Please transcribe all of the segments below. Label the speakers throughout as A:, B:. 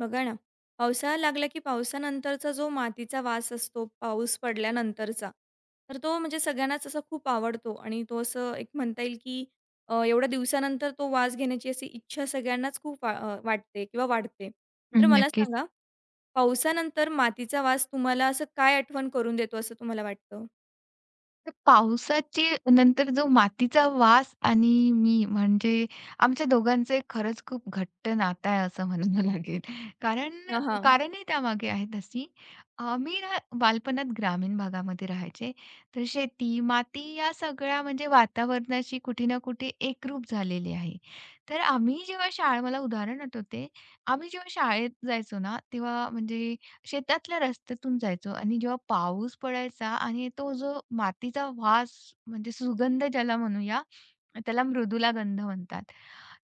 A: बघा ना, पावसाळा लागला की पावसानंतरचा जो मातीचा वास असतो, पाऊस पडल्यानंतरचा, तर तो म्हणजे सगळ्यांनाच असा खूप आवडतो आणि तो असं एक म्हणता येईल की एवढ्या दिवसानंतर तो वास घेण्याची अशी इच्छा सगळ्यांनाच खूप वाटते किंवा वाढते.
B: हं,
A: तर मला
B: नक्कीच.
A: सांगा, पावसानंतर मातीचा वास तुम्हाला असं काय आठवण करून देतो असं तुम्हाला वाटतं?
B: तर पावसाची नंतर जो मातीचा वास आणि मी म्हणजे आमच्या दोघांचं एक खरंच खूप घट्ट नातं आहे असं म्हणावं लागेल. कारण
A: हां, हां.
B: कारणही त्यामागे आहेत अशी. मी ना बालपणात ग्रामीण भागामध्ये राहायचे. तर शेती, माती या सगळ्या म्हणजे वातावरणाशी कुठे ना कुठे एकरूप झालेली आहे. तर आम्ही जेव्हा शाळा मला उदाहरण आठवते. आम्ही जेव्हा शाळेत जायचो ना, तेव्हा म्हणजे शेतातल्या रस्त्यातून जायचो आणि जेव्हा पाऊस पडायचा आणि तो जो मातीचा वास म्हणजे सुगंध ज्याला म्हणूया त्याला मृदूला गंध म्हणतात.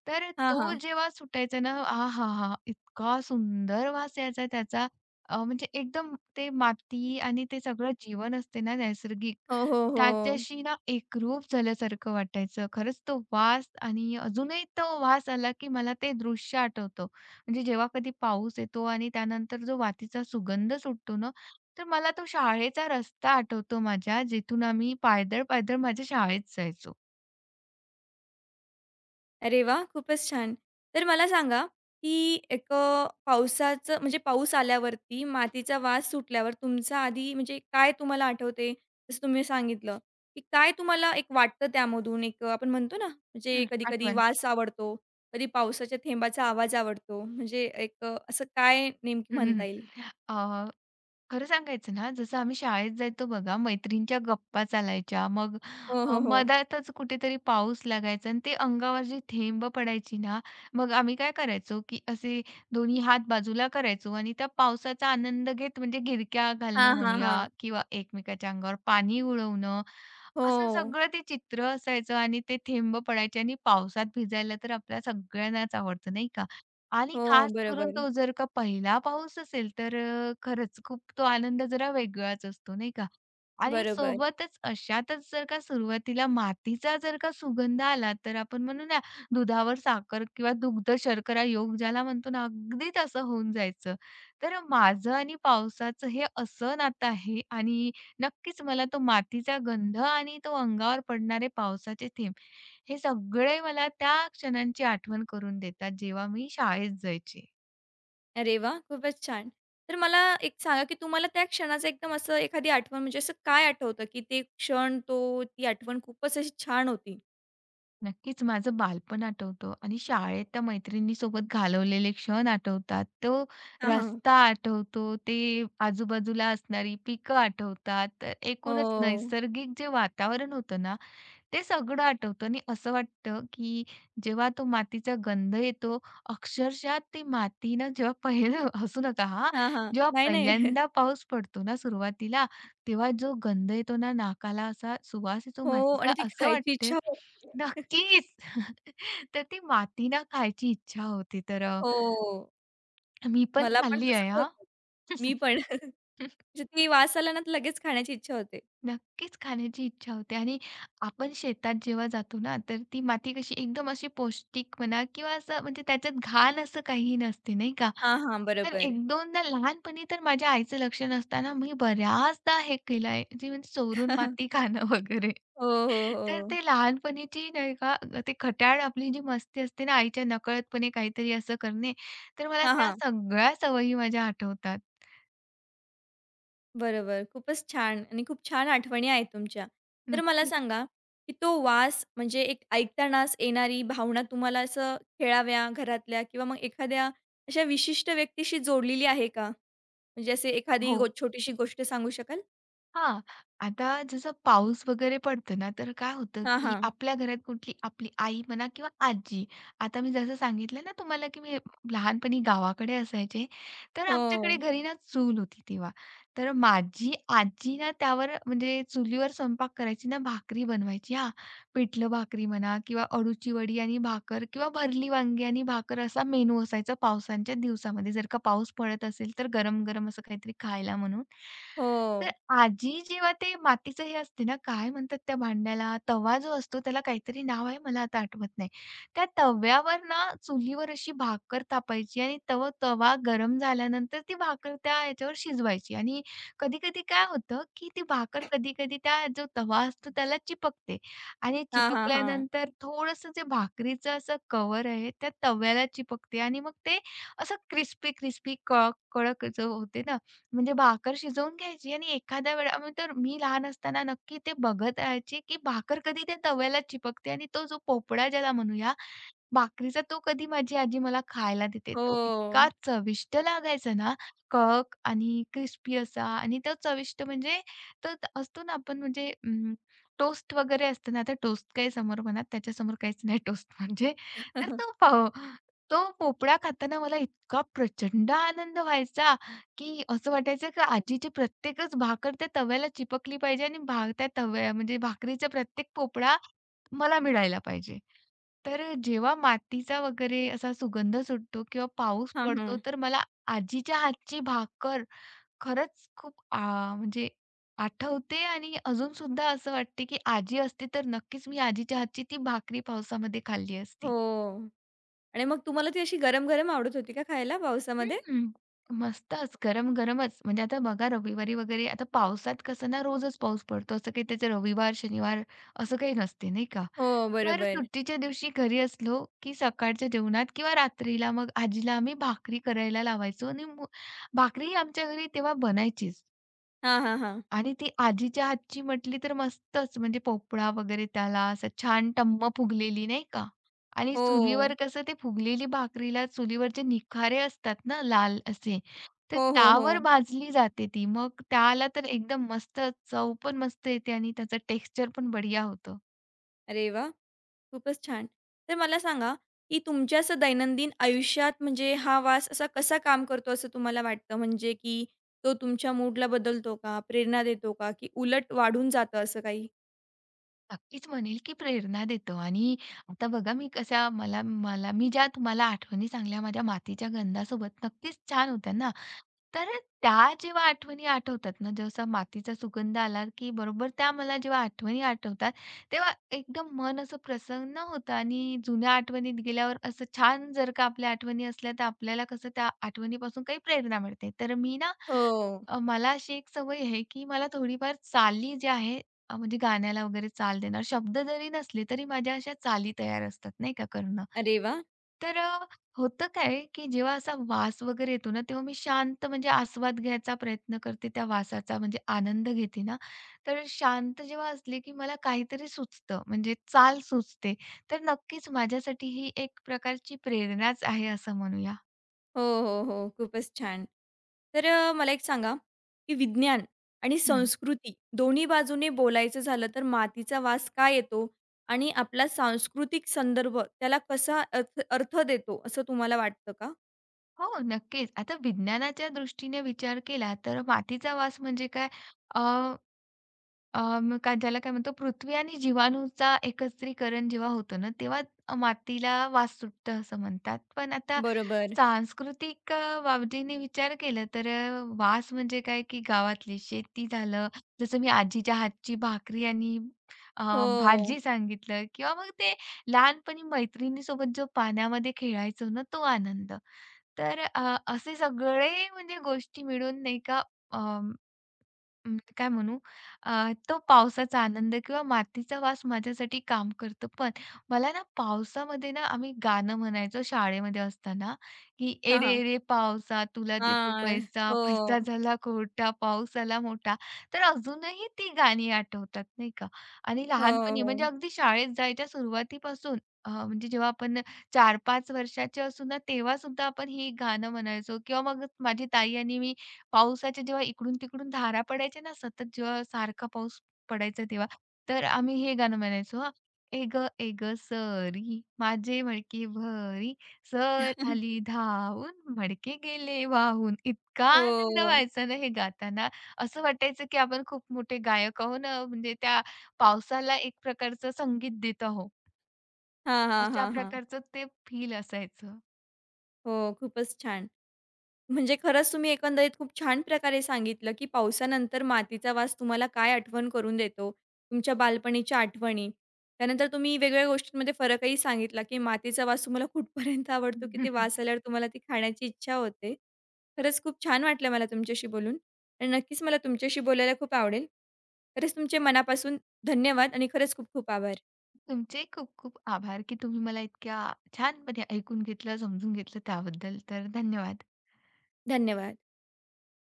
B: तर
A: हां,
B: तो
A: हां.
B: जेव्हा सुटायचा ना, आहाहा! इतका सुंदर वास यायचा त्याचा. म्हणजे एकदम ते माती आणि ते सगळं जीवन असते ना नैसर्गिक,
A: हो, हो, हो.
B: त्याच्याशी ना एकरूप झाल्यासारखं वाटायचं. खरंच तो वास आणि अजूनही तो वास आला, की मला ते दृश्य आठवतं. म्हणजे जेव्हा कधी पाऊस येतो आणि त्यानंतर जो मातीचा सुगंध सुटतो ना, तर मला तो शाळेचा रस्ता आठवतो माझ्या, जिथून आम्ही पायदळ, पायदळ माझ्या शाळेत जायचो.
A: अरे वा, खूपच छान. तर मला सांगा, की एक पावसाचं म्हणजे पाऊस आल्यावरती मातीचा वास सुटल्यावर तुमचा आधी म्हणजे काय तुम्हाला आठवते? जसं तुम्ही सांगितलं, की काय तुम्हाला एक वाटतं त्यामधून एक आपण म्हणतो ना, म्हणजे
B: हं,
A: कधी-कधी
B: आठवण.
A: वास आवडतो, कधी पावसाच्या थेंबाचा आवाज आवडतो. म्हणजे एक असं काय नेमकी म्हणता येईल?
B: खरं सांगायचं ना, जसं आम्ही शाळेत जायचो बघा, मैत्रिणींच्या गप्पा चालायच्या. मग
A: हो, हो, हो.
B: मधातच कुठेतरी पाऊस लागायचा आणि ते अंगावर जी थेंब पडायची ना, मग आम्ही काय करायचो, की असे दोन्ही हात बाजूला करायचो आणि त्या पावसाचा आनंद घेत म्हणजे गिरक्या
A: हां,
B: घालणं
A: हां,
B: म्हणूया
A: हां.
B: किंवा एकमेकाच्या अंगावर पाणी उडवणं, असं
A: हो.
B: सगळं ते चित्र असायचं आणि ते थेंब पडायचे आणि पावसात भिजायला तर आपल्या सगळ्यांनाच आवडतं, नाही का? आणि
A: हो,
B: खास करून
A: बरोबर.
B: तो जर का पहिला पाऊस असेल, तर खरंच खूप तो आनंद जरा वेगळाच असतो, नाही का? आणि
A: बरोबर.
B: सोबतच अशातच जर का सुरुवातीला मातीचा जर का सुगंध आला, तर आपण म्हणू ना दुधावर साखर किंवा दुग्ध शर्करा योग ज्याला म्हणतो ना, अगदी तसं होऊन जायचं. तर माझं आणि पावसाचं हे असं नातं आहे आणि नक्कीच मला तो मातीचा गंध आणि तो अंगावर पडणारे पावसाचे थेंब, हे सगळे मला त्या क्षणांची आठवण करून देतात, जेव्हा मी शाळेत जायचे.
A: अरे वा खूपच छान. तर मला एक सांगा, की तुम्हाला त्या क्षणाचं एकदम असं एखादी आठवण म्हणजे असं काय आठवतं, की ते क्षण ती आठवण खूपच अशी छान होती?
B: नक्कीच माझं बालपण आठवतं आणि शाळेत त्या मैत्रिणीसोबत घालवलेले क्षण आठवतात. तो
A: हां, हां.
B: रस्ता आठवतो, ते आजूबाजूला असणारी पिकं आठवतात. तर एकूणच
A: हो.
B: नैसर्गिक जे वातावरण होतं ना, ते सगळं आठवतं आणि असं वाटतं, की जेव्हा तो मातीचा गंध येतो, अक्षरशः ती माती ना जेव्हा पहिलं हसू नका हां.
A: हां, हां.
B: जेव्हा
A: नाही, नाही.
B: पहिल्यांदा पाऊस पडतो ना सुरुवातीला, तेव्हा जो गंध येतो ना नाकाला असा सुवास येतो
A: हो
B: मातीचा
A: आणि ती
B: असं
A: खायची
B: वाटते.
A: इच्छा होते.
B: नक्कीच. तर ती माती ना खायची इच्छा होते. तर
A: हो.
B: मी पण
A: मला पण
B: खाल्ली आहे
A: तसंच
B: हां.
A: होतं. मी पण. म्हणजे ती वास आला ना, तर लगेच खाण्याची इच्छा होते.
B: नक्कीच खाण्याची इच्छा होते आणि आपण शेतात जेव्हा जातो ना, तर ती माती कशी एकदम अशी पौष्टिक म्हणा किंवा असं म्हणजे त्याच्यात घाण असं काहीही नसते, नाही का?
A: हां, हां.
B: तर
A: बरोबर.
B: एक दोनदा लहानपणी तर माझ्या आईचं लक्ष नसताना मी बऱ्याचदा हे केलं आहे, जे म्हणजे चोरून माती खाणं वगैरे.
A: हो, हो,
B: तर
A: हो.
B: ते लहानपणीची नाही का, ते खट्याळ आपली जी मस्ती असते ना, आईच्या नकळतपणे काहीतरी असं करणे, तर मला
A: हां,
B: त्या
A: हां.
B: सगळ्या सवयी माझ्या आठवतात.
A: बरोबर. खूपच छान आणि खूप छान आठवणी आहेत तुमच्या. तर मला
B: नक्कीच.
A: सांगा, की तो वास म्हणजे एक ऐकतानाच येणारी भावना तुम्हाला असं खेळाव्या घरातल्या किंवा मग एखाद्या अशा विशिष्ट व्यक्तीशी जोडलेली आहे का? म्हणजे असे एखादी
B: हो.
A: छोटीशी गोष्ट सांगू शकाल?
B: हां. आता जसं पाऊस वगैरे पडतो ना, तर काय होतं,
A: हां,
B: की
A: हां.
B: आपल्या घरात कुठली आपली आई म्हणा किंवा आजी. आता मी जसं सांगितलं ना तुम्हाला, की मी लहानपणी गावाकडे असायचे, तर आमच्याकडे
A: हो,
B: घरी ना चूल होती तेव्हा. तर माझी आजी ना त्यावर म्हणजे चुलीवर स्वयंपाक करायची ना, भाकरी बनवायची हां. पिठलं भाकरी म्हणा किंवा अळूची वडी आणि भाकर किंवा भरली वांगी आणि भाकर असा मेनू असायचा पावसाच्या दिवसामध्ये. जर का पाऊस पडत असेल, तर गरम-गरम असं काहीतरी खायला म्हणून. तर
A: हो.
B: आजी जेव्हा ते मातीचं हे असते ना, काय म्हणतात त्या भांड्याला? तवा जो असतो त्याला काहीतरी नाव आहे, मला आता आठवत नाही. त्या तव्यावर ना चुलीवर अशी भाकर तापायची आणि तवा गरम झाल्यानंतर ती भाकर त्या याच्यावर शिजवायची आणि कधी-कधी काय होतं, की ती भाकर कधी-कधी त्या जो तवा असतो त्याला चिपकते आणि
A: हां, हां, हां.
B: चिपकल्यानंतर थोडंसं जे भाकरीचं असं कव्हर आहे, त्या तव्याला चिपकते आणि मग ते असं क्रिस्पी-क्रिस्पी, कडक जो होते ना, म्हणजे भाकर शिजवून घ्यायची आणि एखाद्या वेळा मग तर मी लहान असताना नक्की ते बघत राहायची, की भाकर कधी त्या तव्याला चिपकते आणि तो जो पोपडा ज्याला म्हणूया भाकरीचा तो कधी माझी आजी मला खायला देते.
A: हो.
B: तो इतका चविष्ट लागायचा ना, आणि क्रिस्पी असा आणि तो चविष्ट म्हणजे तो असतो ना आपण म्हणजे टोस्ट वगैरे असतं ना, आता टोस्ट काही समोर म्हणा, त्याच्यासमोर काहीच नाही टोस्ट म्हणजे. तर तो पोपळा खाताना मला इतका प्रचंड आनंद व्हायचा, की असं वाटायचं की आजीची प्रत्येकच भाकर त्या तव्याला चिपकली पाहिजे आणि त्या तव्या म्हणजे भाकरीचा प्रत्येक पोपळा मला मिळायला पाहिजे. तर जेव्हा मातीचा वगैरे असा सुगंध सुटतो किंवा पाऊस
A: हां,
B: पडतो,
A: हां.
B: तर मला आजीच्या हातची भाकर खरंच खूप आ म्हणजे आठवते आणि अजून सुद्धा असं वाटते, की आजी असती तर नक्कीच मी आजीच्या हातची ती भाकरी पावसामध्ये खाल्ली
A: हो
B: असती.
A: आणि मग तुम्हाला ती अशी गरम-गरम आवडत होती का खायला पावसामध्ये?
B: हं. मस्तच. गरम-गरमच. म्हणजे आता बघा रविवारी वगैरे आता पावसात कसं ना रोजच पाऊस पडतो. असं काही त्याचे रविवार, शनिवार असं काही नसते नाही का?
A: हो,
B: तर
A: बरोबर.
B: सुट्टीच्या दिवशी घरी असलो, की सकाळच्या जेवणात किंवा रात्रीला मग आजीला आम्ही भाकरी करायला लावायचो आणि मग भाकरी आमच्या घरी तेव्हा बनायचीच.
A: हां, हां, हां.
B: आणि ती आजीच्या हातची म्हटली तर मस्तच म्हणजे पोपळा वगैरे त्याला असं छान टम्म फुगलेली नाही का, आणि चुलीवर
A: हो.
B: कसं ते फुगलेली भाकरीला चुलीवरचे निखारे असतात ना लाल असे, तर
A: हो, हो,
B: त्यावर
A: हो.
B: भाजली जाते ती. मग त्याला तर एकदम मस्त चव पण मस्त येते आणि त्याचं टेक्स्चर पण बढिया होतं.
A: अरे वाह! खूपच छान. तर मला सांगा, की तुमच्या असं दैनंदिन आयुष्यात म्हणजे हा वास असा कसा काम करतो असं तुम्हाला वाटतं? म्हणजे की तो तुमच्या मूडला बदलतो का? प्रेरणा देतो का? की उलट वाढून जातं असं काही?
B: नक्कीच म्हणेल, की प्रेरणा देतो आणि आता बघा मी कशा मला मला मी ज्या तुम्हाला आठवणी सांगल्या माझ्या मातीच्या गंधासोबत नक्कीच छान होत्या ना. तर त्या जेव्हा आठवणी आठवतात ना, जसा मातीचा सुगंध आला, की बरोबर त्या मला जेव्हा आठवणी आठवतात, तेव्हा एकदम मन असं प्रसन्न होतं आणि जुन्या आठवणीत गेल्यावर असं छान जर का आपल्या आठवणी असल्या, तर आपल्याला कसं त्या आठवणीपासून काही प्रेरणा मिळते. तर मी ना
A: हो.
B: मला अशी एक सवय आहे, की मला थोडीफार चाली ज्या आहे, म्हणजे गाण्याला वगैरे चाल देणार शब्द जरी नसले, तरी माझ्या अशा चाली तयार असतात नाही का करणं.
A: अरे वाह!
B: तर होतं काय, की जेव्हा असा वास वगैरे येतो ना, तेव्हा मी शांत म्हणजे आस्वाद घ्यायचा प्रयत्न करते त्या वासाचा म्हणजे आनंद घेते ना, तर शांत जेव्हा असले, की मला काहीतरी सुचतं म्हणजे चाल सुचते. तर नक्कीच माझ्यासाठी ही एक प्रकारची प्रेरणाच आहे असं म्हणूया.
A: हो, हो, हो. खूपच छान. तर मला एक सांगा, की विज्ञान आणि संस्कृती दोन्ही बाजूने बोलायचं झालं तर मातीचा वास का येतो? आणि आपला सांस्कृतिक संदर्भ त्याला कसा अर्थ अर्थ देतो असं तुम्हाला वाटतं का?
B: हो, नक्कीच. आता विज्ञानाच्या दृष्टीने विचार केला तर मातीचा वास म्हणजे काय, अ, अ, मग काय ज्याला काय म्हणतो पृथ्वी आणि जीवाणूचा एकत्रीकरण जेव्हा होतं ना, तेव्हा मातीला वास सुटतं असं म्हणतात. पण आता
A: बरोबर.
B: सांस्कृतिक बाबतीने विचार केला तर वास म्हणजे काय की गावातली शेती झालं, जसं मी आजीच्या हातची भाकरी आणि अ,
A: हो.
B: भाजी सांगितलं किंवा मग ते लहानपणी मैत्रिणीसोबत जो पाण्यामध्ये खेळायचो ना, तो आनंद. तर असे सगळे म्हणजे गोष्टी मिळून नाही का, अं, काय म्हणू अ, तो पावसाचा आनंद किंवा मातीचा वास माझ्यासाठी काम करतो. पण मला ना पावसामध्ये ना आम्ही गाणं म्हणायचो शाळेमध्ये असताना, की
A: हां,
B: "एरे
A: हां.
B: एरे पावसा तुला देतो
A: हां.
B: पैसा,
A: हो.
B: पैसा झाला खोटा, पाऊस आला मोठा." तर अजूनही ती गाणी आठवतात नाही का. आणि
A: हो,
B: लहानपणी म्हणजे
A: हो.
B: अगदी शाळेत जायच्या सुरुवातीपासून म्हणजे जेव्हा आपण 4-5 वर्षाचे असू ना, तेव्हा सुद्धा आपण ही गाणं म्हणायचो किंवा मग माझी ताई आणि मी पावसाच्या जेव्हा इकडून-तिकडून धारा पडायच्या ना, सतत जेव्हा सारखा पाऊस पडायचा तेव्हा, तर आम्ही हे गाणं म्हणायचो हां. "ए गं, ए गं सरी, माझे मडके भरी, सर आली धावून, मडके गेले वाहून." इतका
A: हो.
B: आनंद व्हायचा ना हे गाताना. असं वाटायचं की आपण खूप मोठे गायक आहो ना, म्हणजे त्या पावसाला एक प्रकारचं संगीत देत आहो.
A: हां, हां,
B: अशा
A: हां, हां.
B: प्रकारचं ते फील असायचं.
A: हो, खूपच छान. म्हणजे खरंच तुम्ही एकंदरीत खूप छान प्रकारे सांगितलं, की पावसानंतर मातीचा वास तुम्हाला काय आठवण करून देतो, तुमच्या बालपणीच्या आठवणी. त्यानंतर तुम्ही वेगवेगळ्या गोष्टींमध्ये फरकही सांगितला, की मातीचा वास तुम्हाला कुठपर्यंत आवडतो, की ते वास आल्यावर तुम्हाला ती खाण्याची इच्छा होते. खरंच खूप छान वाटलं मला तुमच्याशी बोलून आणि नक्कीच मला तुमच्याशी बोलायला खूप आवडेल. खरंच तुमचे मनापासून धन्यवाद आणि खरंच खूप खूप आभार.
B: तुमचे खूप खूप आभार की तुम्ही मला इतक्या छानपणे ऐकून घेतलं, समजून घेतलं त्याबद्दल तर धन्यवाद.
A: धन्यवाद.